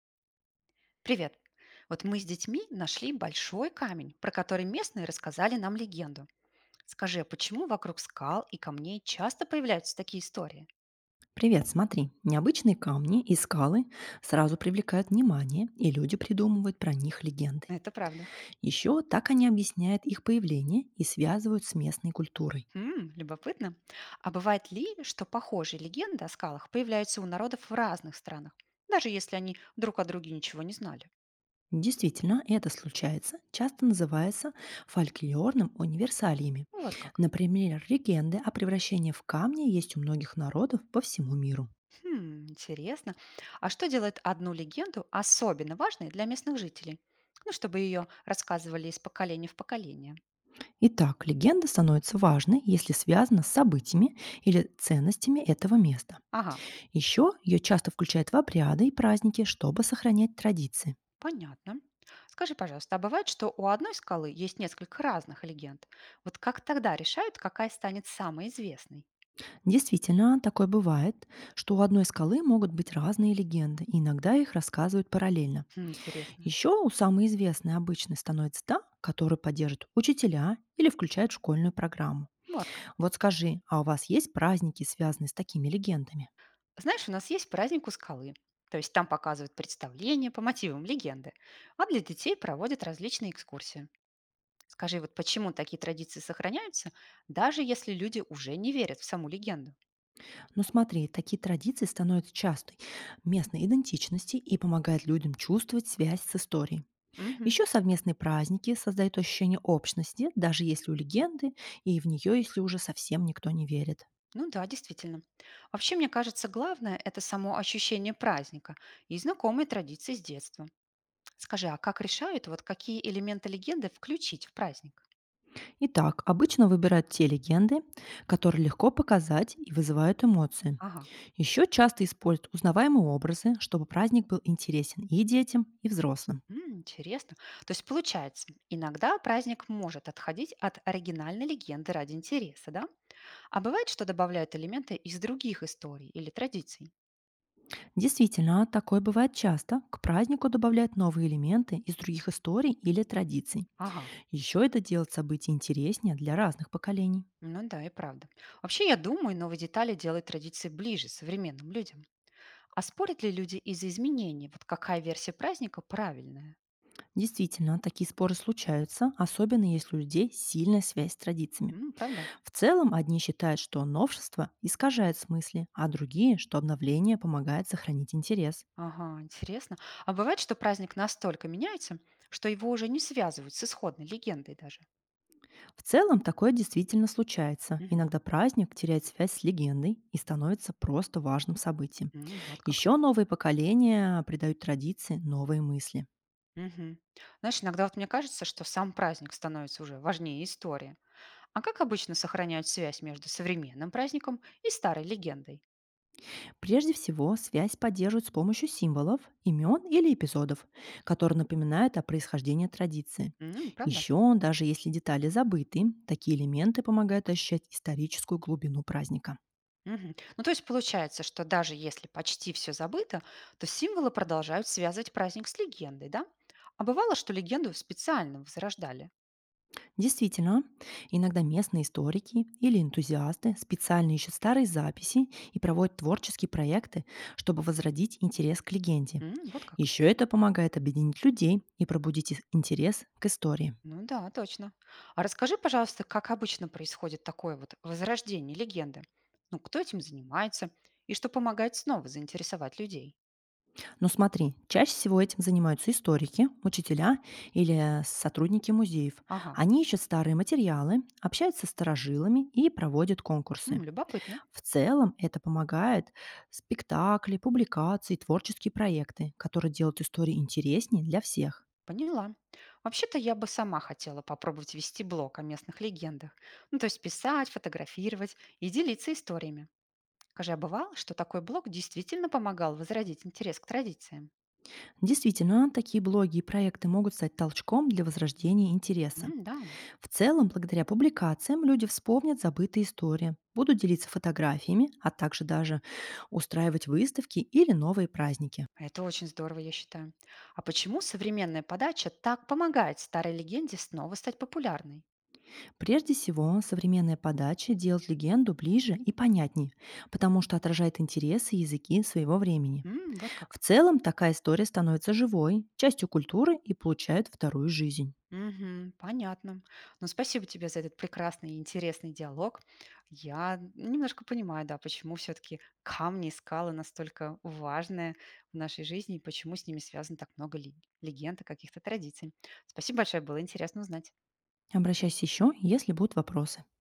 Привет! Вот мы с детьми нашли большой камень, про который местные рассказали нам легенду. Скажи, а почему вокруг скал и камней часто появляются такие истории? Привет, смотри, необычные камни и скалы сразу привлекают внимание, и люди придумывают про них легенды. Ну, это правда. Еще так они объясняют их появление и связывают с местной культурой. М, любопытно. А бывает ли, что похожие легенды о скалах появляются у народов в разных странах, даже если они друг о друге ничего не знали? Действительно, это случается, часто называется фольклорным универсалиями. Ну, вот как. Например, легенды о превращении в камни есть у многих народов по всему миру. Хм, интересно. А что делает одну легенду особенно важной для местных жителей? Ну, чтобы ее рассказывали из поколения в поколение. Итак, легенда становится важной, если связана с событиями или ценностями этого места. Ага, Еще ее часто включают в обряды и праздники, чтобы сохранять традиции. понятно. Скажи, пожалуйста, а бывает, что у одной скалы есть несколько разных легенд? Вот как тогда решают, какая станет самой известной? Действительно, такое бывает, что у одной скалы могут быть разные легенды, и иногда их рассказывают параллельно. Хм, интересно. Еще у самой известной обычной становится та, которую поддержат учителя или включают в школьную программу. Вот как. Вот скажи, а у вас есть праздники, связанные с такими легендами? Знаешь, у нас есть праздник у скалы. То есть там показывают представления по мотивам легенды, а для детей проводят различные экскурсии. Скажи, вот почему такие традиции сохраняются, даже если люди уже не верят в саму легенду? Ну смотри, такие традиции становятся частой местной идентичности и помогают людям чувствовать связь с историей. Мгм. Еще совместные праздники создают ощущение общности, даже если у легенды и в нее, если уже совсем никто не верит. Ну да, действительно. Вообще, мне кажется, главное– это само ощущение праздника и знакомые традиции с детства. Скажи, а как решают, вот какие элементы легенды включить в праздник? Итак, обычно выбирают те легенды, которые легко показать и вызывают эмоции. Ага. Еще часто используют узнаваемые образы, чтобы праздник был интересен и детям, и взрослым. М, интересно. То есть получается, иногда праздник может отходить от оригинальной легенды ради интереса, да? А бывает, что добавляют элементы из других историй или традиций. Действительно, такое бывает часто. К празднику добавляют новые элементы из других историй или традиций. Ага. Еще это делает события интереснее для разных поколений. Ну да, и правда. Вообще, я думаю, новые детали делают традиции ближе современным людям. А спорят ли люди из-за изменений? Вот какая версия праздника правильная? Действительно, такие споры случаются, особенно если у людей сильная связь с традициями. М, правда? В целом, одни считают, что новшество искажает смысли, а другие, что обновление помогает сохранить интерес. Ага, интересно. А бывает, что праздник настолько меняется, что его уже не связывают с исходной легендой даже. В целом, такое действительно случается. Мгм. Иногда праздник теряет связь с легендой и становится просто важным событием. М, вот как. Еще новые поколения придают традиции новые мысли. Мгм. Знаешь, иногда вот мне кажется, что сам праздник становится уже важнее истории. А как обычно сохраняют связь между современным праздником и старой легендой? Прежде всего, связь поддерживают с помощью символов, имен или эпизодов, которые напоминают о происхождении традиции. М, правда? Еще, даже если детали забыты, такие элементы помогают ощущать историческую глубину праздника. Мгм. Ну, то есть получается, что даже если почти все забыто, то символы продолжают связывать праздник с легендой, да? А бывало, что легенду специально возрождали. Действительно, иногда местные историки или энтузиасты специально ищут старые записи и проводят творческие проекты, чтобы возродить интерес к легенде. М, вот как. Еще это помогает объединить людей и пробудить их интерес к истории. Ну да, точно. А расскажи, пожалуйста, как обычно происходит такое вот возрождение легенды? Ну, кто этим занимается и что помогает снова заинтересовать людей? Но смотри, чаще всего этим занимаются историки, учителя или сотрудники музеев. Ага, Они ищут старые материалы, общаются с старожилами и проводят м, конкурсы. любопытно. В целом это помогает спектакли, публикации, творческие проекты, которые делают истории интереснее для всех. Поняла. Вообще-то я бы сама хотела попробовать вести блог о местных легендах. Ну, то есть писать, фотографировать и делиться историями. Скажи, а бывало, что такой блог действительно помогал возродить интерес к традициям? Действительно, такие блоги и проекты могут стать толчком для возрождения интереса. М, да. В целом, благодаря публикациям люди вспомнят забытые истории, будут делиться фотографиями, а также даже устраивать выставки или новые праздники. Это очень здорово, я считаю. А почему современная подача так помогает старой легенде снова стать популярной? Прежде всего, современная подача делает легенду ближе и понятнее, потому что отражает интересы и языки своего времени. М, вот В как. целом, такая история становится живой, частью культуры и получает вторую жизнь. Мгм, понятно. Ну, спасибо тебе за этот прекрасный и интересный диалог. Я немножко понимаю, да, почему все-таки камни и скалы настолько важные в нашей жизни и почему с ними связано так много легенд и каких-то традиций. Спасибо большое, было интересно узнать. Обращайся еще, если будут вопросы.